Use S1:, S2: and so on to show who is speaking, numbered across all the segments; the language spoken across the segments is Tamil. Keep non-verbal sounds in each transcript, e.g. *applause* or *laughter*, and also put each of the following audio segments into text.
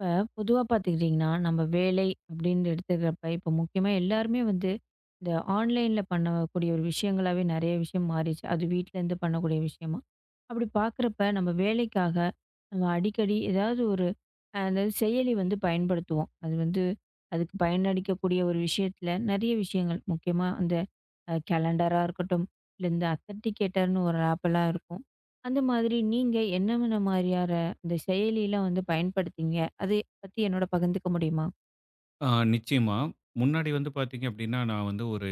S1: இப்ப பொதுவா பார்த்துக்கிட்டிங்கன்னா, நம்ம வேலை அப்படின்னு எடுத்துக்கிறப்ப, இப்போ முக்கியமா எல்லாருமே வந்து இந்த ஆன்லைன்ல பண்ணக்கூடிய ஒரு விஷயங்களாவே நெறைய விஷயம் மாறிடுச்சு. அது வீட்லேருந்து பண்ணக்கூடிய விஷயமா. அப்படி பார்க்குறப்ப நம்ம வேலைக்காக நம்ம அடிக்கடி ஏதாவது ஒரு அதாவது செயலி வந்து பயன்படுத்துவோம். அது வந்து அதுக்கு பயனளிக்கக்கூடிய ஒரு விஷயத்தில நெறைய விஷயங்கள் முக்கியமா அந்த கேலண்டரா இருக்கட்டும், இல்ல இந்த அத்தன்டிகேட்டர்னு ஒரு ஆப்பெல்லாம் இருக்கும். அந்த மாதிரி நீங்க என்னென்ன மாதிரியான இந்த செயலிலாம் வந்து பயன்படுத்தீங்க? அதை பத்தி என்னோட பகிர்ந்துக்க முடியுமா?
S2: ஆ நிச்சயமா. முன்னாடி வந்து பார்த்தீங்க அப்டின்னா, நான் வந்து ஒரு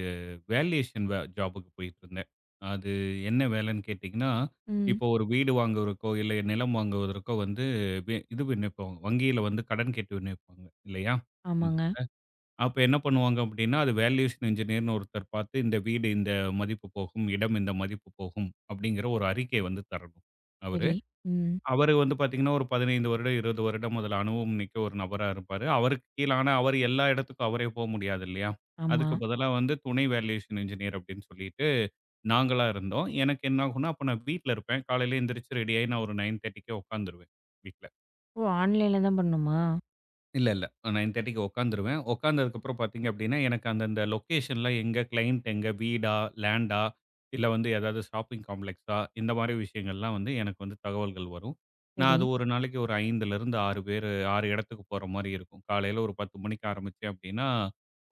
S2: வேல்யுயேஷன் ஜாபுக்கு போயிட்டுருந்தேன். அது என்ன வேலைன்னு கேட்டீங்கன்னா,
S1: ம்.
S2: இப்போ ஒரு வீடு வாங்குவதற்கோ, இல்ல நிலம் வாங்குவதற்கோ வந்து வே இது விண்ணப்பிப்போம். வங்கியில வந்து கடன் கேட்டு விண்ணப்பிப்பாங்க இல்லையா? ம்.
S1: ஆமாங்க.
S2: அப்ப என்ன பண்ணுவாங்க அப்டின்னா, அது வேல்யூயேஷன் இன்ஜினியர்னு ஒருத்தர் பார்த்து, இந்த வீடு இந்த மதிப்பு போகும், இடம் இந்த மதிப்பு போகும் அப்டிங்கிற ஒரு அறிக்கை வந்து தரணும் அவரு.
S1: சரி. ம்.
S2: அவரு வந்து பார்த்தீங்கன்னா, ஒரு 15 வருடம், 20 வருடம் அதுல அனுபவம் மிக்க ஒரு நபரா இருப்பாரு. அவருக்கு கீழ ஆனா, அவரு எல்லா இடத்துக்கும் அவரே முடியாது இல்லையா?
S1: ஆமா.
S2: அதுக்கு பதிலா வந்து துணை வேல்யூவேஷன் இன்ஜினியர் அப்படின்னு சொல்லிட்டு நாங்களா இருந்தோம். எனக்கு என்ன ஆகும்னா, அப்ப நான் வீட்ல இருப்பேன். காலையில எந்திரிச்சு ரெடியாயி நான் ஒரு 9:30க்கே உட்காந்துருவேன். வீட்ல.
S1: ஓ! ஆன்லைன்ல தான் பண்ணணுமா?
S2: இல்ல, இல்ல. 9:30க்கு உட்காந்துருவேன். உட்காந்ததுக்கப்புறம் பார்த்தீங்க அப்படின்னா, எனக்கு அந்தந்த லொக்கேஷன்ல எங்க கிளையண்ட் எங்க வீடா, லேண்டா, இல்ல வந்து ஏதாவது ஷாப்பிங் காம்ப்ளெக்ஸா, இந்த மாரி விஷயங்கள்லாம் வந்து எனக்கு வந்து தகவல்கள் வரும். நான்
S1: சரி,
S2: அது ஒரு நாளைக்கு ஒரு 5லிருந்து 6 பேரு 6 இடத்துக்கு போற மாரி இருக்கும். காலையில ஒரு 10 மணிக்கு ஆரம்பிச்சேன் அப்படின்னா,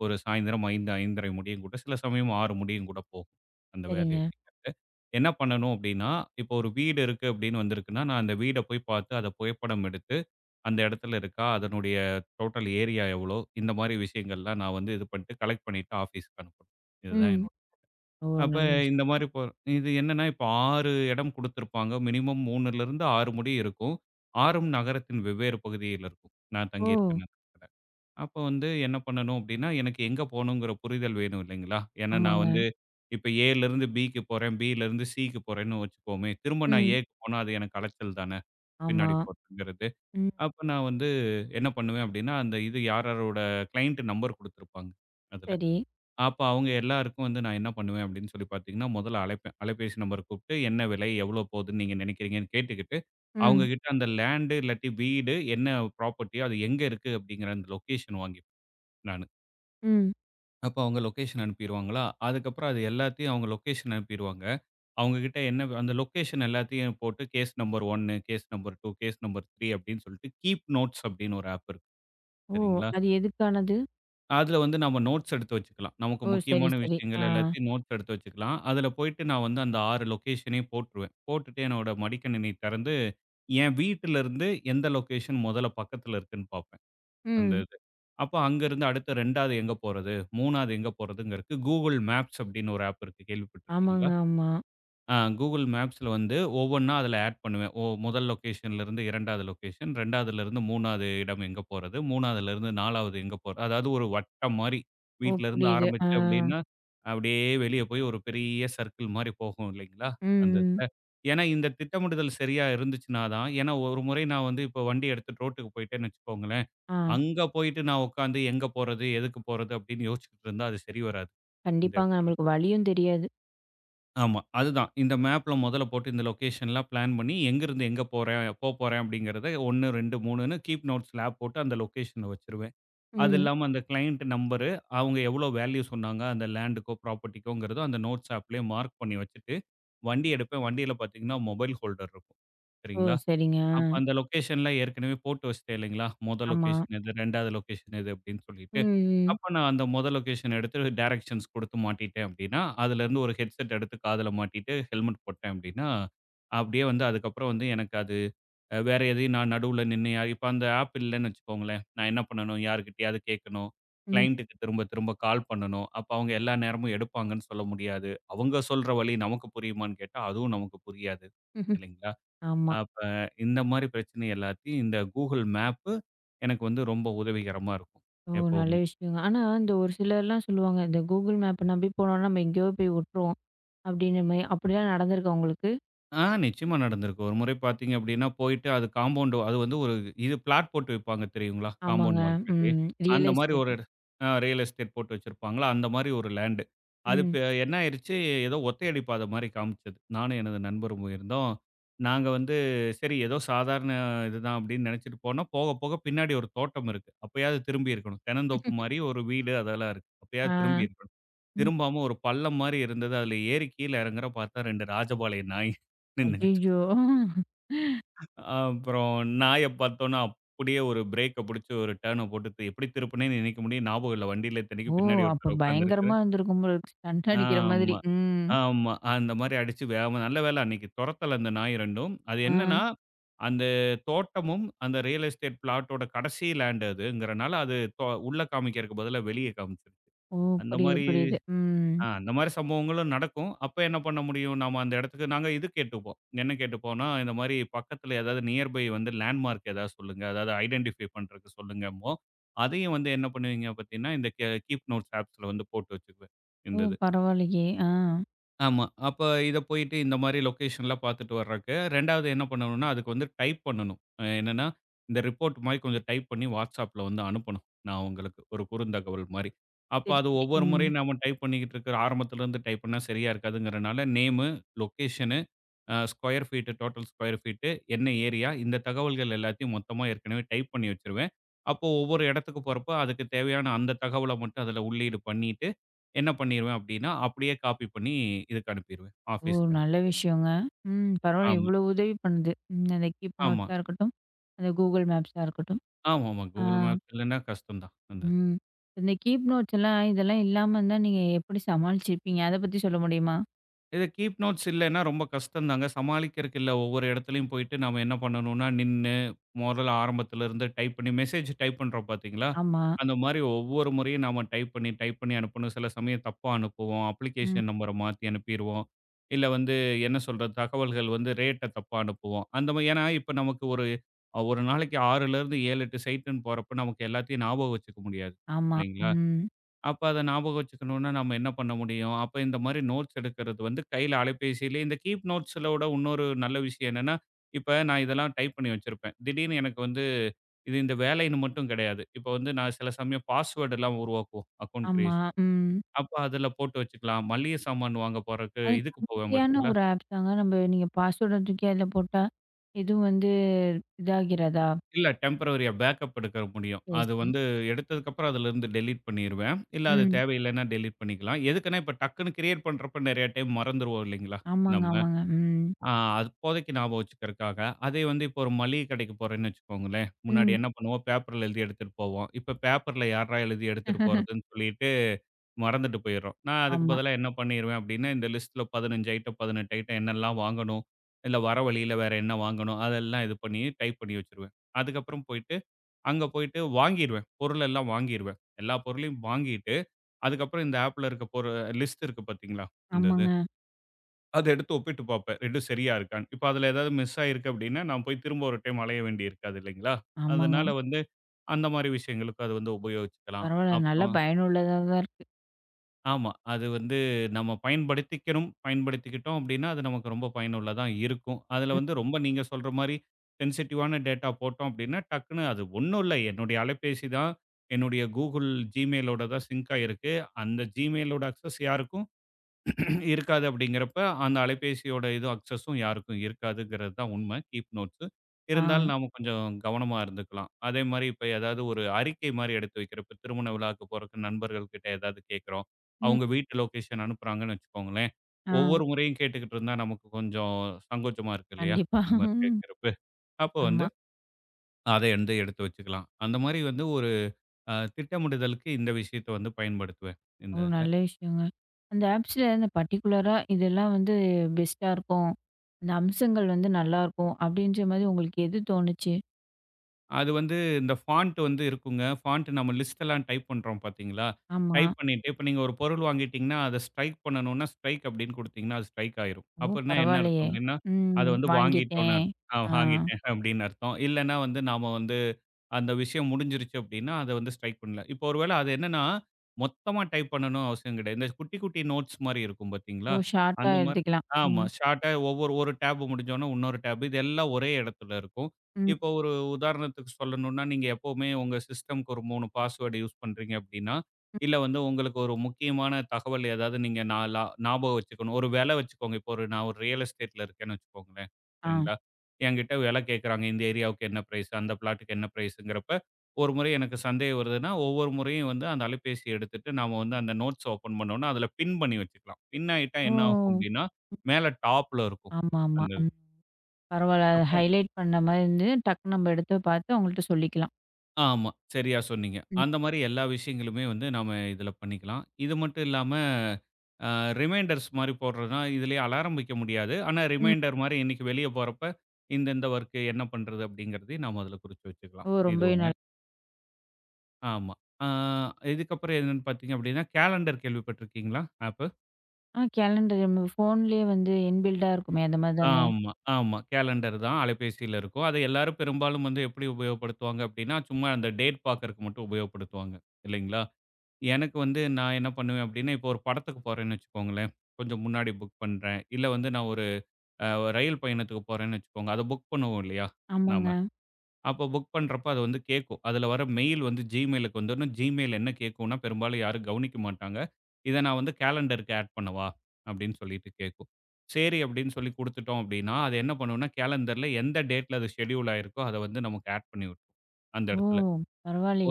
S2: ஒரு சாயந்தரம் 5, 5:30 முடியும் கூட. சில சமயம் 6 முடியும் கூட போகும். அந்த வேலை
S1: சரிங்க.
S2: அப்படிங்கிறது. என்ன பண்ணணும் அப்படின்னா, இப்போ ஒரு வீடு இருக்கு அப்படின்னு வந்திருக்குன்னா, நான் அந்த வீட போய் பார்த்து, அத புகைப்படம் எடுத்து அந்த இடத்துல இருக்கா, அதனுடைய டோட்டல் ஏரியா எவ்வளோ, இந்த மாரி விஷயங்கள்லாம் நான் வந்து இது பண்ணிட்டு கலெக்ட் பண்ணிட்டு ஆஃபீஸ்க்கு அனுப்பணும். இதுதான்
S1: ம்.
S2: என்னோட
S1: ஓ!
S2: அப்ப
S1: நல்ல
S2: இந்த
S1: விஷயம்.
S2: மாரி இது என்னன்னா, இப்போ 6 இடம் குடுத்திருப்பாங்க. மினிமம் 3லிருந்து 6 முடி இருக்கும். 6ம் நகரத்தின் வெவ்வேறு பகுதியில் இருக்கும். நான்
S1: ஓ!
S2: தங்கியிருக்க நகரத்துல. அப்போ வந்து என்ன பண்ணணும் அப்டின்னா, எனக்கு எங்க போணுங்கிற புரிதல் வேணும் இல்லைங்களா? ஏன்னா நான்
S1: ஆமாங்க.
S2: வந்து இப்ப ஏலிருந்து பிக்கு போறேன், பிலிருந்து சிக்கு போறேன்னு வச்சுக்குவோமே, திரும்ப நான்
S1: ம்.
S2: ஏக்கு போனா அது எனக்கு அலைச்சல் தானே!
S1: ஆமா.
S2: பின்னாடி போறதுங்கிறது.
S1: ம்.
S2: அப்ப நான் வந்து என்ன பண்ணுவேன் அப்படின்னா, அந்த இது யார் யாரோட கிளையன்ட் நம்பர் குடுத்துருப்பாங்க அதுல.
S1: சரி.
S2: அப்ப அவங்க எல்லாருக்கும் வந்து நான் என்ன பண்ணுவேன் அப்படின்னு சொல்லி பார்த்தீங்கன்னா, முதல்ல அழைப்பேன். அலைபேசி நம்பர் கூப்பிட்டு என்ன விலை, எவ்வளோ போகுதுன்னு நீங்க நினைக்கிறீங்கன்னு கேட்டுக்கிட்டு, அவங்க
S1: ம்.
S2: கிட்ட அந்த லேண்ட் இல்லாட்டி வீடு என்ன ப்ராப்பர்ட்டியோ அது எங்க இருக்கு அப்படிங்கிற அந்த லொகேஷன் வாங்கிப்பேன் நானு.
S1: ம்.
S2: அப்ப அவங்க லொகேஷன் அனுப்பிருவாங்களா, அதுக்கப்புறம் அது எல்லாத்தையும் அவங்க லொகேஷன் அனுப்பிருவாங்க. அவங்க கிட்ட என்ன அந்த லொகேஷன் எல்லாத்தையும் போட்டு case number 1, case number 2, case number 3 அப்படின்னு சொல்லிட்டு கீப் நோட்ஸ் அப்படின்னு ஒரு ஆப் இருக்கு.
S1: ஓ!
S2: சரிங்களா?
S1: அது எதுக்கானது?
S2: அதுல வந்து நம்ம நோட்ஸ் எடுத்து வச்சுக்கலாம். நமக்கு
S1: ஓ! சரி,
S2: முக்கியமான
S1: சரி. ஆ.
S2: விஷயங்கள் எல்லாத்தையும் நோட்ஸ் எடுத்து வச்சுக்கலாம். அதுல போயிட்டு நான் வந்து அந்த 6 லொகேஷனையும் போட்டுருவேன். போட்டுட்டு என்னோட மடிக்கணினி திறந்து, என் வீட்டிலருந்து எந்த லொகேஷன் முதல்ல பக்கத்துல இருக்குன்னு பார்ப்பேன். அந்த
S1: ம்.
S2: இது. அப்ப அங்கருந்து அடுத்து 2வது எங்க போறது? 3வது எங்க போறதுங்கிறதுக்கு Google Maps அப்படின்னு ஒரு ஆப் இருக்கு.
S1: ஆமாங்க,
S2: கேள்விப்பட்டுருக்கீங்களா?
S1: ஆமா.
S2: Google மேப்ஸ்ல வந்து ஒவ்வொன்னா அதில ஆட் பண்ணுவேன். ஓ முதல் லொக்கேஷன்லேருந்து 2வது லொக்கேஷன், 2வதுலேருந்து 3வது இடம் எங்க போறது, 3வதுலேருந்து 4வது எங்க போறது, அதாவது ஒரு வட்டம் மாரி
S1: ஓ!
S2: வீட்லருந்து
S1: புரியுது. ஆ.
S2: ஆரம்பிச்சு அப்டின்னா, அப்டியே வெளிய போய் ஒரு பெரிய சர்க்கிள் மாரி போகும் இல்லைங்களா?
S1: ம்,
S2: அந்த
S1: ம்.
S2: இதுல. ஏன்னா இந்த திட்டமிடுதல் சரியா இருந்துச்சுனா தான் ஏன்னா ஒரு முறை நான் வந்து இப்போ வண்டி எடுத்துட்டு ரோட்டுக்கு போயிட்டேன்னு வச்சுக்கோங்களேன்,
S1: ஆ.
S2: அங்க போயிட்டு நான் உட்காந்து எங்க போறது, எதுக்கு போறது அப்டின்னு யோசிச்சுக்கிட்டு இருந்தா அது சரி வராது. அந்த
S1: கண்டிப்பாங்க.
S2: இடத்துல.
S1: நம்மளுக்கு வலியும் தெரியாது.
S2: ஆமா. அதுதான். இந்த மேப்ல மொதல்ல போட்டு இந்த லொகேஷன்லாம் பிளான் பண்ணி, எங்கருந்து எங்க போறேன், போறேன் அப்படிங்கிறத 1, 2, 3ன்னு கீப் நோட்ஸ்ல ஆப் போட்டு அந்த லொகேஷன வச்சுருவேன். அது
S1: ம்.
S2: இல்லாம அந்த கிளையன்ட் நம்பரு, அவங்க எவ்வளோ வேல்யூ சொன்னாங்க, அந்த லேண்டுக்கோ, ப்ராப்பர்ட்டிக்கோங்கிறதோ அந்த நோட்ஸ் ஆப்லயே மார்க் பண்ணி வச்சுட்டு, வண்டி எடுப்பேன். வண்டியில பார்த்தீங்கன்னா, மொபைல் ஹோல்டர் இருக்கும்.
S1: ஓ!
S2: சரிங்களா?
S1: சரிங்க. ஆ.
S2: அப்ப அந்த லொகேஷன்ல ஏற்கனவே போட்டு வச்சுட்டேன் இல்லைங்களா? மொத
S1: ஆமா.
S2: லொகேஷன் இது, 2வது லொகேஷன் இது அப்படின்னு
S1: ம்,
S2: சொல்லிட்டு.
S1: ம்.
S2: அப்ப நான் அந்த மொத லொகேஷன் எடுத்து டைரக்ஷன்ஸ் குடுத்து மாட்டிட்டேன் அப்படின்னா, அதுலேருந்து ஒரு ஹெட்செட் எடுத்து காதுல மாட்டிட்டு ஹெல்மெட் போட்டேன் அப்படின்னா, அப்படியே வந்து அதுக்கப்புறம் வந்து எனக்கு அது வேற எதையும் நான் நடுவுல நின்னு யார் இப்ப அந்த ஆப் இல்லன்னு வச்சுக்கோங்களேன், நான் என்ன பண்ணணும்? யார்கிட்டயாவது கேட்கணும்.
S1: ம்.
S2: கிளையன்ட்டுக்கு திரும்ப திரும்ப கால் பண்ணணும். அப்ப அவங்க எல்லா நேரமும் எடுப்பாங்கன்னு சொல்ல முடியாது. அவங்க சொல்ற வழி நமக்கு புரியுமான்னு கேட்டா, அதுவும் நமக்கு புரியாது.
S1: ம்ஹ்ம்.
S2: இல்லைங்களா?
S1: ஆமா.
S2: அப்ப இந்த மாரி பிரச்சனை எல்லாத்தையும் இந்த Google மேப்பு எனக்கு வந்து ரொம்ப உதவிகரமா இருக்கும்
S1: ஓ! நல்ல
S2: எப்பவுமே.
S1: விஷயங்க. ஆனா, இந்த ஒரு சிலர்லாம் சொல்லுவாங்க, இந்த கூகுள் மேப்ப நம்பி போனோம்னா, நம்ம எங்கேயோ போய் விட்டுருவோம். அப்படின்ற மாரி, அப்படிலாம் நடந்திருக்கா உங்களுக்கு?
S2: நிச்சயமா நடந்திருக்கு. ஒரு முறை பார்த்தீங்க அப்படின்னா, போயிட்டு அது காம்பவுண்ட் அது வந்து ஒரு இது பிளாட் போட்டு விப்பாங்க தெரியுங்களா?
S1: ஆமாங்க.
S2: காம்பவுண்ட் வால் கட்டி.
S1: ம். ரியல்
S2: அந்த மாரி
S1: எஸ்டேட்.
S2: ஒரு ரியல் எஸ்டேட் போட்டு வச்சிருப்பாங்களா, அந்த மாரி ஒரு லேண்டு. அது
S1: ம்.
S2: இப்ப என்ன ஆயிருச்சு, ஏதோ ஒத்தையடி பாதை மாரி காமிச்சது. நானும் எனது நண்பரும் போயிருந்தோம். நாங்க வந்து சரி ஏதோ சாதாரண இதுதான் அப்படின்னு நினைச்சுட்டு போனோம். போக போக பின்னாடி ஒரு தோட்டம் இருக்கு. அப்பயாவது திரும்பி இருக்கணும். தென்னந்தோப்பு மாரி ஒரு வீடு அதெல்லாம் இருக்கு.
S1: ஆ.
S2: அப்பயாவது திரும்பி இருக்கணும்.
S1: ம்.
S2: திரும்பாம ஒரு பள்ளம் மாரி இருந்தது. அதுல ஏறி கீழ இறங்குறேன் பார்த்தா 2 ராஜபாளைய நாய் *laughs* நின்னுகிட்டு.
S1: ஐயய்யோ!
S2: அப்புறம் நாய பார்த்தோன்னா, அப்படியே ஒரு பிரேக்க புடிச்சு ஒரு டர்ன போட்டு எப்படி திருப்புனேன்னு இன்னைக்கு முடியும் ஞாபகம் இல்ல. வண்டியில
S1: ஓ!
S2: இத்தனைக்கும் பின்னாடி
S1: அப்ப
S2: ஒருத்தர் உட்கார்ந்திருக்காரு.
S1: பயங்கரமா இருந்திருக்கும் போல இருக்கு. ஸ்டண்ட் அடிக்கிற மாதிரி.
S2: ஆமா,
S1: ம்.
S2: ஆமா. அந்த மாரி அடிச்சு வேகமா நல்ல வேள அன்னைக்கு தொரத்தல அந்த நாய் 2ம். அது
S1: ஆ.
S2: என்னன்னா, அந்த தோட்டமும், அந்த ரியல் எஸ்டேட் பிளாட்டோட கடைசி லேண்ட் அதுங்கிறனால, அது உள்ள காமிக்கிறதுக்கு பதிலா வெளிய காமிச்சுருச்சு.
S1: ஓ!
S2: அந்த
S1: புரியுது,
S2: மாரி
S1: புரியுது. ம்.
S2: அந்த மாரி சம்பவங்களும் நடக்கும். அப்ப என்ன பண்ண முடியும்? நாம அந்த இடத்துக்கு நாங்க இது கேட்டுப்போம். என்ன கேட்டுப்போம்னா, இந்த மாரி பக்கத்துல ஏதாவது நியர்பை வந்து லேண்ட்மார்க் ஏதாவது சொல்லுங்க. அதாவது ஐடென்டிஃபை பண்றதுக்கு சொல்லுங்கம்போம். அதையும் வந்து என்ன பண்ணுவீங்க பார்த்தீங்கன்னா, இந்த கீப் நோட்ஸ் ஆப்ஸ்ல வந்து போட்டு வச்சுக்குவேன்.
S1: ஓ!
S2: இந்த இது.
S1: பரவாயில்லையே! ஆ.
S2: ஆமா. அப்ப இத போயிட்டு இந்த மாரி லொகேஷன்லாம் பார்த்துட்டு வர்றக்கு, 2வது என்ன பண்ணணும்னா, அதுக்கு வந்து டைப் பண்ணணும். என்னன்னா, இந்த ரிப்போர்ட் மாரி கொஞ்சம் டைப் பண்ணி WhatsAppல வந்து அனுப்பணும். நான் உங்களுக்கு ஒரு குறுந்தகவல் மாரி. அப்ப
S1: சரி,
S2: அது
S1: சரி.
S2: ஒவ்வொரு
S1: ம்.
S2: முறையும் நாம டைப் பண்ணிக்கிட்டு இருக்கிற ஆரம்பத்திலருந்து டைப் பண்ணா சரியா இருக்காதுங்கிறனால name, location square feet total square feet என்ன ஏரியா இந்த தகவல்கள் எல்லாத்தையும் மொத்தமாக ஏற்கனவே டைப் பண்ணி வச்சிருவேன் அப்போ ஒவ்வொரு இடத்துக்கு போகிறப்ப அதுக்கு தேவையான அந்த தகவலை மட்டும் அதில் உள்ளீடு பண்ணிட்டு என்ன பண்ணிடுவேன் அப்படின்னா அப்படியே காப்பி பண்ணி இதுக்கு அனுப்பிடுவேன்
S1: ஓ!
S2: ஆஃபீஸ்க்கு
S1: நல்ல
S2: அனுப்பிடுவேன்
S1: விஷயங்க. ம். பரவாயில்ல இவ்வளோ
S2: ஆமாம்
S1: உதவி பண்ணுது. ம். அந்த கீப்
S2: ஆமாம்
S1: நோட்ஸா இருக்கட்டும், அந்த கூகுள் மேப்ஸா இருக்கட்டும்.
S2: ஆமாம், ஆமாம்,
S1: ஆ.
S2: கூகுள் மேப்ஸ் இல்லைன்னா கஷ்டம்தான் அந்த
S1: ம். இந்த கீப் நோட்ஸ் எல்லாம் இதெல்லாம் இல்லாம இருந்தா நீங்க எப்படி சமாளிச்சிருப்பீங்க? அத பத்தி சொல்ல முடியுமா?
S2: இது கீப் நோட்ஸ் இல்லைன்னா ரொம்ப கஷ்டம்தாங்க. சமாளிக்கிறதுக்கு இல்ல. ஒவ்வொரு இடத்துலயும் போயிட்டு நாம என்ன பண்ணணும்னா, நின்னு முதல்ல ஆரம்பத்துல இருந்து டைப் பண்ணி மெசேஜ் டைப் பண்றோம் பார்த்தீங்களா?
S1: ஆமா.
S2: அந்த மாரி ஒவ்வொரு முறையும் நாம டைப் பண்ணி, டைப் பண்ணி அனுப்பணும். சில சமயம் தப்பா அனுப்புவோம்.
S1: ம்.
S2: அப்ளிகேஷன் நம்பர மாத்தி அனுப்பிருவோம். இல்ல வந்து என்ன சொல்றது? தகவல்கள் வந்து ரேட்ட தப்பா அனுப்புவோம். அந்த மாரி ஏன்னா, இப்ப நமக்கு ஒரு ஒரு நாளைக்கு 6லேருந்து 7, 8 சைட்டுன்னு போறப்ப நமக்கு எல்லாத்தையும் ஞாபகம் வச்சுக்க முடியாது.
S1: ஆமா.
S2: இல்லைங்களா?
S1: ம்.
S2: அப்ப அத ஞாபகம் வச்சுக்கணும்னா, நம்ம என்ன பண்ண முடியும்? அப்ப இந்த மாரி நோட்ஸ் எடுக்கிறது வந்து கையில அலைபேசியிலே இந்த கீப் நோட்ஸ்லோட இன்னொரு நல்ல விஷயம் என்னன்னா, இப்ப நான் இதெல்லாம் டைப் பண்ணி வச்சிருப்பேன். திடீர்னு எனக்கு வந்து இது இந்த வேலைன்னு மட்டும் கிடையாது. இப்ப வந்து நான் சில சமயம் பாஸ்வேர்ட் எல்லாம் உருவாக்குவோம் அக்கவுண்ட்
S1: ஆமா.
S2: கிரியேஷன்.
S1: ம்.
S2: அப்ப அதுல போட்டு வச்சுக்கலாம். மளிகை சாமான் வாங்க போறக்கு
S1: அது
S2: இதுக்கு போவேன்
S1: நம்பிக்கையான
S2: பார்த்தீங்களா?
S1: ஒரு ஆப் தாங்க. நீங்க பாஸ்வேர்ட தூக்கி அதுல போட்டா, எதுவும் வந்து இதாகிறதா?
S2: இல்ல டெம்பரவரியா பேக்கப் எடுக்க முடியும்.
S1: சரி,
S2: அது
S1: சரி.
S2: வந்து எடுத்ததுக்கப்புறம் அதுலருந்து டெலீட் பண்ணிருவேன். இல்ல அது
S1: ம்.
S2: தேவையில்லைன்னா டெலீட் பண்ணிக்கலாம். எதுக்குன்னா, இப்ப டக்குன்னு கிரியேட் பண்றப்ப நெறைய டைம் மறந்துருவோம் இல்லைங்களா?
S1: ஆமாங்க,
S2: நம்ம.
S1: ஆமாங்க. ம்.
S2: ஆ அப்போதைக்கு ஞாபகம் வச்சுக்கிறதுக்காக. அதே வந்து இப்போ ஒரு மளிகை கடைக்கு போறேன்னு வச்சுக்கோங்களேன். முன்னாடி
S1: ம்.
S2: என்ன பண்ணுவோம், பேப்பர்ல எழுதி எடுத்துட்டு போவோம். இப்ப பேப்பர்ல யார்றா எழுதி எடுத்துட்டு போறதுன்னு சொல்லிட்டு மறந்துட்டு போயிடுறோம். நான் அதுக்கு
S1: ஆமா.
S2: பதிலா என்ன பண்ணிருவேன் அப்டின்னா, இந்த லிஸ்ட்ல 15 ஐட்டம், 18 ஐட்டம் என்னெல்லாம் வாங்கணும், இல்ல வர வழியில வேற என்ன வாங்கணும், அதெல்லாம் இது பண்ணி டைப் பண்ணி வச்சுருவேன். அதுக்கப்புறம் போயிட்டு, அங்க போயிட்டு வாங்கிருவேன். பொருள் எல்லாம் வாங்கிருவேன். எல்லா பொருளையும் வாங்கிட்டு, அதுக்கப்புறம் இந்த ஆப்ல இருக்க லிஸ்ட் இருக்கு பார்த்தீங்களா? இந்த இது.
S1: ஆமாங்க.
S2: அத எடுத்து ஒப்பிட்டு பார்ப்பேன். 2 சரியா இருக்கான்னு. இப்ப அதுல ஏதாவது மிஸ் ஆயிருக்கு அப்டின்னா, நான் போய் திரும்ப ஒரு டைம் அலைய வேண்டி இருக்காது இல்லைங்களா?
S1: ஆமாங்க.
S2: அதனால வந்து அந்த மாரி விஷயங்களுக்கு அது வந்து உபயோகிச்சுக்கலாம்.
S1: பரவால்ல. நல்லா
S2: அப்புறம்
S1: பயனுள்ளதா தான் இருக்கு.
S2: ஆமா. அது வந்து நம்ம பயன்படுத்திக்கணும். பயன்படுத்திக்கிட்டோம் அப்டின்னா, அது நமக்கு ரொம்ப பயனுள்ளதா இருக்கும். அதுல வந்து
S1: ம்.
S2: ரொம்ப நீங்க சொல்ற மாரி சென்சிட்டிவான டேட்டா போட்டோம் அப்டின்னா, டக்குனு அது ஒண்ணும் இல்ல. என்னுடைய அலைபேசி தான் என்னுடைய Google Gmailஓட தான் சிங்க் ஆயிருக்கு. அந்த Gmailஓட அக்சஸ் யாருக்கும் இருக்காது அப்படிங்கிறப்ப அந்த அலைபேசியோட இது அக்சஸும் யாருக்கும் இருக்காதுங்கிறது தான் உண்மை. Keep notes.
S1: ஆ.
S2: இருந்தாலும் நாம கொஞ்சம் கவனமா இருந்துக்கலாம். அதே மாரி இப்ப ஏதாவது ஒரு அறிக்கை மாரி எடுத்து வைக்கிறப்ப திருமண விழாவுக்கு போறக்கு நண்பர்கள் கிட்ட ஏதாவது கேட்கிறோம்.
S1: ம்.
S2: அவங்க வீட்டு லொகேஷன் அனுப்புறாங்கன்னு வச்சுக்கோங்களேன்.
S1: ஆ.
S2: ஒவ்வொரு முறையும் கேட்டுக்கிட்டு இருந்தா நமக்கு கொஞ்சம் சங்கோச்சமா இருக்கு இல்லையா?
S1: கண்டிப்பா.
S2: அந்த மாரி கேட்கிறப்ப. அப்ப வந்து
S1: ஆமா.
S2: அத வந்து எடுத்து வச்சுக்கலாம். அந்த மாரி வந்து ஒரு திட்டமிடுதலுக்கு இந்த விஷயத்த வந்து பயன்படுத்துவேன். இந்த
S1: ஒரு
S2: இதுல.
S1: நல்ல விஷயங்க. அந்த ஆப்ஸ்ல இந்த பர்ட்டிகுலரா இதெல்லாம் வந்து பெஸ்ட்டா இருக்கும். அந்த அம்சங்கள் வந்து நல்லாருக்கும். அப்படின்ற மாரி உங்களுக்கு எது தோணுச்சு?
S2: அது வந்து இந்த ஃபாண்ட் வந்து இருக்குங்க. ஃபாண்ட் நம்ம லிஸ்ட் எல்லாம் டைப் பண்றோம் பார்த்தீங்களா?
S1: ஆமா.
S2: டைப் பண்ணிட்டு இப்ப நீங்க ஒரு பொருள் வாங்கிட்டீங்கன்னா, அத ஸ்ட்ரைக் பண்ணணும்னா, ஸ்ட்ரைக் அப்படின்னு குடுத்தீங்கன்னா, அது ஸ்ட்ரைக் ஆயிரும்.
S1: ஓ!
S2: அப்படின்னா என்ன அர்த்தம்
S1: பரவாயில்லையே!
S2: அப்படின்னா, அத
S1: ம்.
S2: வந்து வாங்கிட்டோம்ன்னு
S1: வாங்கிட்டேன்.
S2: அர்த்தம்.
S1: ஆ.
S2: வாங்கிட்டேன் அப்படின்னு அர்த்தம். இல்லன்னா வந்து நாம வந்து அந்த விஷயம் முடிஞ்சிருச்சு அப்படின்னா, அத வந்து ஸ்ட்ரைக் பண்ணல. இப்போ ஒரு வேள அது என்னன்னா, மொத்தமா டைப் பண்ணணும்னு அவசியம் கிடையாது. இந்த குட்டி, குட்டி நோட்ஸ் மாரி இருக்கும் பார்த்தீங்களா?
S1: ஓ! ஷார்ட்டா
S2: அந்த மாரி
S1: எழுதிக்கலாம்.
S2: ஆமா.
S1: ம்.
S2: ஷார்ட்டா ஒவ்வொரு ஒரு டேப் முடிஞ்சோனே இன்னொரு டேப் இது எல்லாம் ஒரே இடத்துல இருக்கும்.
S1: ம்.
S2: இப்போ ஒரு உதாரணத்துக்கு சொல்லணும்னா, நீங்க எப்பவுமே உங்க சிஸ்டம்க்கு ஒரு 3 பாஸ்வேர்ட் யூஸ் பண்றீங்க அப்படின்னா,
S1: ம்.
S2: இல்ல வந்து உங்களுக்கு ஒரு முக்கியமான தகவல் ஏதாவது நீங்க நான் லா ஞாபகம் வச்சுக்கணும். ஒரு விலை வச்சுக்கோங்க. இப்போ நான் ஒரு ரியல் எஸ்டேட்ல இருக்கேன்னு வச்சுக்கோங்களேன்.
S1: ஆ.
S2: சரிங்களா? என்கிட்ட விலை கேட்குறாங்க. இந்த ஏரியாவுக்கு என்ன பிரைஸ்? அந்த பிளாட்டுக்கு என்ன பிரைஸுங்கிறப்ப, ஒரு முறை எனக்கு சந்தேகம் வருதுன்னா, ஒவ்வொரு முறையும் வந்து அந்த அலைபேசிய எடுத்துட்டு நாம வந்து அந்த நோட்ஸ் ஓப்பன் பண்ணோம்னா, அதில பின் பண்ணி வச்சுக்கலாம். பின் ஆயிட்டா
S1: ஓ!
S2: என்ன ஆகும் அப்டின்னா, மேல டாப்ல இருக்கும்.
S1: ஆமாமா.
S2: அந்த இது.
S1: ம். பரவால்ல. அத
S2: அப்ப
S1: ஹைலைட் பண்ண மாரி இருந்து, டக்குனு நம்ம எடுத்து பார்த்து அவங்கள்ட்ட சொல்லிக்கலாம்.
S2: ஆமா. சரியா சொன்னீங்க.
S1: ம்.
S2: அந்த மாரி எல்லா விஷயங்களுமே வந்து நாம இதில பண்ணிக்கலாம். இது மட்டும் இல்லாம, அ ரிமைண்டர்ஸ் மாரி போடுறதுனா, இதிலேயே அலாரம் வைக்க முடியாது. ஆனா
S1: ம்.
S2: ரிமைண்டர் மாரி இன்னைக்கு வெளிய போறப்ப, இந்த இந்த வொர்க் என்ன பண்றது? அப்டிங்கிறதையும் நாம அதில குறிச்சு வச்சுக்கலாம்.
S1: ஓ!
S2: இது
S1: ரொம்பவே
S2: ஒண்ணு.
S1: நல்லா.
S2: ஆமா. ஆ இதுக்கப்புறம் என்னன்னு பார்த்தீங்க அப்படின்னா, கேலண்டர் கேள்விப்பட்டிருக்கீங்களா? ஆப்பு.
S1: ஆ கேலண்டர் நம்ம ஃபோன்லயே வந்து இன்பில்டா இருக்குமே, அந்த மாரி தானே?
S2: ஆமா, ஆமா. கேலண்டர் தான் அலைபேசியில இருக்கும். அதை எல்லாரும் பெரும்பாலும் வந்து எப்படி உபயோகப்படுத்துவாங்க அப்படின்னா, சும்மா அந்த டேட் பார்க்கறக்கு மட்டும் உபயோகப்படுத்துவாங்க. இல்லைங்களா? எனக்கு வந்து நான் என்ன பண்ணுவேன் அப்படின்னா, இப்போ ஒரு படத்துக்கு போறேன்னு வச்சுக்கோங்களேன். கொஞ்சம் முன்னாடி புக் பண்றேன். இல்ல வந்து நான் ஒரு அ ரயில் பயணத்துக்கு போறேன்னு வச்சுக்கோங்க. அத புக் பண்ணுவோம் இல்லையா?
S1: ஆமாங்க.
S2: நாம. அப்போ புக் பண்றப்ப அது வந்து கேட்கும். அதில வர மெயில் வந்து Gmailக்கு வந்துரும். Gmail என்ன கேட்கும்னா, பெரும்பாலும் யாரும் கவனிக்க மாட்டாங்க. இத நான் வந்து கேலண்டருக்கு ஆட் பண்ணவா? அப்படின்னு சொல்லிட்டு கேட்கும். சரி அப்படின்னு சொல்லி குடுத்துட்டோம் அப்படின்னா, அது என்ன பண்ணும்னா, கேலண்டர்ல எந்த டேட்ல அது ஷெட்யூல் ஆயிருக்கோ, அத வந்து நமக்கு ஆட் பண்ணி விட்டுரும். அந்த
S1: ஓ!
S2: இடத்துல.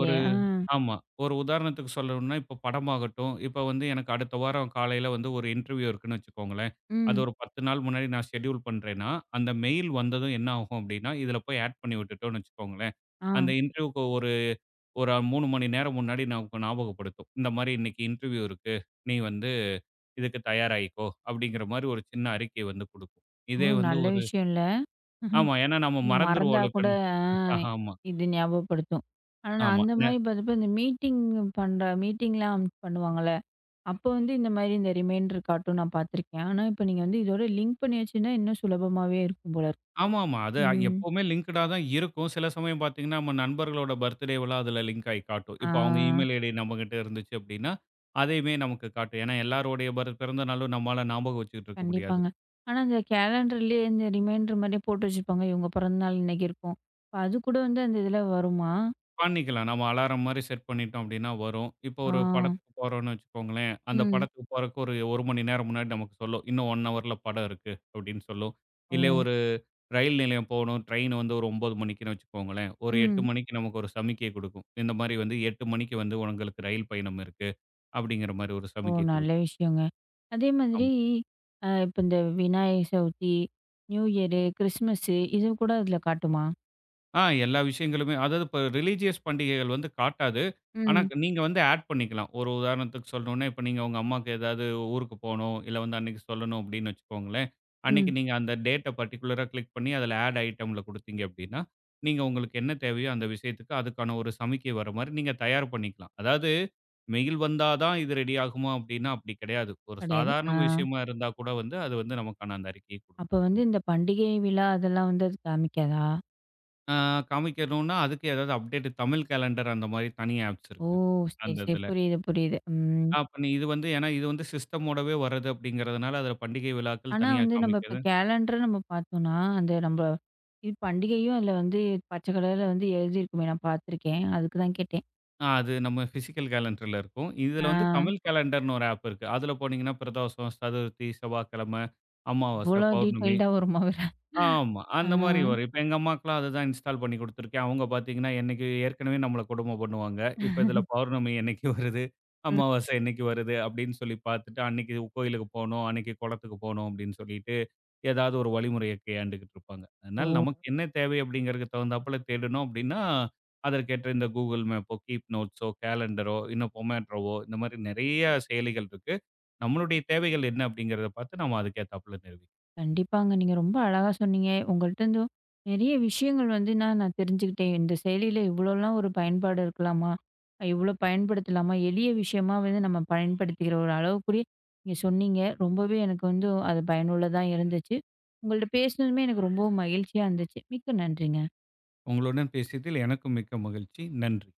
S2: ஒரு
S1: ஆ.
S2: ஆமா. ஒரு உதாரணத்துக்கு சொல்லணும்னா, இப்ப படமாகட்டும், இப்ப வந்து எனக்கு அடுத்த வாரம் காலையில வந்து ஒரு இன்டர்வியூ இருக்குன்னு வச்சுக்கோங்களேன். அது
S1: ம்.
S2: ஒரு 10 நாள் முன்னாடி நான் ஷெட்யூல் பண்றேன்னா, அந்த மெயில் வந்ததும் என்ன ஆகும் அப்படின்னா, இதில போய் ஆட் பண்ணி விட்டுட்டோம்னு வச்சுக்கோங்களேன்.
S1: ஆ.
S2: அந்த இன்டர்வியூக்கு ஒரு ஒரு 3 மணி நேரம் முன்னாடி நமக்கு ஞாபகப்படுத்தும். இந்த மாரி இன்னைக்கு இன்டர்வியூ இருக்கு. நீ வந்து இதுக்கு தயாராயிக்கோ அப்படிங்கிற மாரி ஒரு சின்ன அறிக்கை வந்து குடுக்கும்.
S1: ஓ!
S2: இதே வந்து
S1: நல்ல
S2: ஒரு
S1: விஷயம்ல.
S2: ஆமா. ஏன்னா நம்ம
S1: மறந்தா
S2: மறந்துருவோம்ல இப்ப
S1: கூட, ஆ,
S2: ஆமா,
S1: இது ஞாபகப்படுத்தும். ஆனா நான்
S2: ஆமா.
S1: அந்த மாரி பார்த்தப்ப இந்த மீட்டிங் பண்ற மீட்டிங்லாம் பண்ணுவாங்கல்ல, அப்போ வந்து இந்த மாரி இந்த ரிமைண்டர் காட்டும் நான் பார்த்துருக்கேன். ஆனா இப்ப நீங்க வந்து இதோட லிங்க் பண்ணி வச்சிருந்தா இன்னும் சுலபமாவே இருக்கும் போல இருக்கு.
S2: ஆமாமா. அது
S1: ம்.
S2: எப்பவுமே லிங்க்டா தான் இருக்கும். சில சமயம் பார்த்தீங்கன்னா, நம்ம நண்பர்களோட பர்த்டேவலாம் அதில லிங்க் ஆயி காட்டும்.
S1: ஆ.
S2: இப்போ அவங்க இமெயில் ஐடி நம்மகிட்ட இருந்துச்சு அப்படின்னா, அதையுமே நமக்கு காட்டும். ஏன்னா எல்லாருடைய பிறந்த நாளும் நம்மால ஞாபகம் வச்சுக்கிட்டு இருக்க முடியாது.
S1: கண்டிப்பாங்க. ஆனா இந்த கேலண்டர்லயே இந்த ரிமைண்டர் மாரியே போட்டு வச்சிருப்பாங்க. இவங்க பிறந்தநாள் இன்னைக்கு இருக்கும். அப்ப அது கூட வந்து அந்த இதுல வருமா?
S2: பண்ணிக்கலாம். நம்ம அலாரம் மாரி செட் பண்ணிட்டோம் அப்டின்னா வரும். இப்போ
S1: ஆ.
S2: ஒரு படத்துக்கு போறோம்னு வச்சுக்கோங்களேன், அந்த
S1: ம்.
S2: படத்துக்கு போறக்கு ஒரு 1 மணி நேரம் முன்னாடி நமக்கு சொல்லும். இன்னும் 1 ஹவர்ல படம் இருக்கு அப்டின்னு சொல்லும்.
S1: ஓ!
S2: இல்ல ஒரு ரயில் நிலையம் போணும், ட்ரெயின் வந்து ஒரு 9 மணிக்குன்னு வச்சுக்கோங்களேன். ஒரு 8
S1: ம்.
S2: மணிக்கு நமக்கு ஒரு சமிக்கை குடுக்கும். இந்த மாரி வந்து 8 மணிக்கு வந்து உங்களுக்கு ரயில் பயணம் இருக்கு, அப்டிங்கிற மாரி ஒரு
S1: ஓ!
S2: சமிக்கை
S1: நல்ல
S2: குடுக்கும்.
S1: விஷயங்க. அதே மாதிரி இப்ப இந்த Vinayakar Chaturthi, new year, Christmas இது கூட அதுல காட்டுமா?
S2: எல்லா விஷயங்களுமே அதாவது இப்போ ரிலீஜியஸ் பண்டிகைகள் வந்து காட்டாது. ஆனா,
S1: ம்,
S2: நீங்க வந்து ஆட் பண்ணிக்கலாம். ஒரு உதாரணத்துக்கு சொல்லணும்னா, இப்ப நீங்க உங்க அம்மாக்கு ஏதாவது ஊருக்கு போணும், இல்ல வந்து அன்னைக்கு சொல்லணும் அப்படின்னு வச்சுக்கோங்களேன். அன்னைக்கு
S1: ம்.
S2: நீங்க அந்த டேட்ட பர்ட்டிகுலரா கிளிக் பண்ணி அதில ஆட் ஐட்டம்ல குடுத்தீங்க அப்படின்னா, நீங்க உங்களுக்கு என்ன தேவையோ அந்த விஷயத்துக்கு அதுக்கான ஒரு சமிக்கை வர மாரி நீங்க தயார் பண்ணிக்கலாம். அதாவது மெயில் வந்தா தான் இது ரெடி ஆகுமா அப்படின்னா அப்படி கிடையாது. ஒரு
S1: கிடையாது. ஆ.
S2: சாதாரண விஷயமா இருந்தா கூட வந்து அது வந்து நமக்கான அந்த அறிக்கையை குடுக்கும்.
S1: அப்ப வந்து இந்த பண்டிகை விழா அதெல்லாம் வந்து அது காமிக்காதா?
S2: ஆ காமிக்கணும்னா, அதுக்கு ஏதாவது அப்டேட் தமிழ் கேலண்டர் அந்த மாரி தனி ஆப்ஸ்
S1: ஓ!
S2: இருக்கு.
S1: சரி,
S2: அந்த
S1: சரி.
S2: இதுல.
S1: புரியுது, புரியுது. ம்.
S2: அப்ப நீ இது வந்து ஏன்னா இது வந்து சிஸ்டமோடவே வர்றது அப்படிங்கிறதுனால, அதுல பண்டிகை விழாக்கள்
S1: ஆனா
S2: தனியா
S1: வந்து நம்ம இப்ப
S2: காமிக்குது.
S1: கேலண்டர நம்ம பார்த்தோம்னா, அந்த நம்ப இது பண்டிகையும் அதுல வந்து பச்சை கலர்ல வந்து எழுதியிருக்குமே நான் பார்த்துருக்கேன். அதுக்கு தான் கேட்டேன்.
S2: அது நம்ம பிசிக்கல் கேலண்டர்ல இருக்கும்.
S1: ஆ.
S2: இதுல வந்து தமிழ் கேலண்டர்னு ஒரு ஆப் இருக்கு. அதுல போனீங்கன்னா பிரதோஷம், சதுர்த்தி, செவ்வாய்க்கிழமை, அமாவாசை,
S1: இவ்வளோ
S2: பௌர்ணமி
S1: டீட்டெயில்டா வருமா வேற?
S2: ஆமா.
S1: ஆ.
S2: அந்த மாரி வரும். இப்ப எங்க அம்மாக்குலாம் அதுதான் இன்ஸ்டால் பண்ணி குடுத்துருக்கேன். அவங்க பாத்தீங்கன்னா, என்னைக்கு ஏற்கனவே நம்மள கொடும பண்ணுவாங்க. இப்ப இதுல பௌர்ணமி என்னைக்கு வருது,
S1: ம்.
S2: அமாவாசை என்னைக்கு வருது அப்படின்னு சொல்லி பாத்துட்டு, அன்னைக்கு கோயிலுக்கு போணும், அன்னைக்கு குளத்துக்கு போணும் அப்படின்னு சொல்லிட்டு, ஏதாவது ஒரு வழிமுறைய கையாண்டுகிட்டு இருப்பாங்க. அதனால நமக்கு
S1: ஓ!
S2: என்ன தேவை அப்படிங்கிறதுக்கு தகுந்தாப்புல தேடணும் அப்படின்னா, அதற்கேற்ற இந்த Google மேப்போ, Keep Notes ஓ, கேலண்டரோ, இன்னும் Pomatoவோ இந்த மாரி நெறைய செயலிகள் இருக்கு. நம்மளுடைய தேவைகள் என்ன அப்படிங்கிறத பாத்து, நம்ம அதுக்கேத்தாப்புல நிறுவிக்கலாம்.
S1: கண்டிப்பாங்க. நீங்க ரொம்ப அழகா சொன்னீங்க. உங்கள்ட்ட இருந்தும் நெறைய விஷயங்கள் வந்து நான் நான் தெரிஞ்சுக்கிட்டேன். இந்த செயலியில இவ்வளோலாம் ஒரு பயன்பாடு இருக்கலாமா? இவ்வளோ பயன்படுத்தலாமா? எளிய விஷயமா வந்து நம்ம பயன்படுத்திக்கிற ஒரு அளவுக்குரிய நீங்க சொன்னீங்க. ரொம்பவே எனக்கு வந்து அது பயனுள்ளதா இருந்துச்சு. உங்கள்ட்ட பேசினதுமே எனக்கு ரொம்பவும் மகிழ்ச்சியா இருந்துச்சு. மிக்க நன்றிங்க.
S2: உங்களுடன் பேசியதில் எனக்கும் மிக்க மகிழ்ச்சி. நன்றி.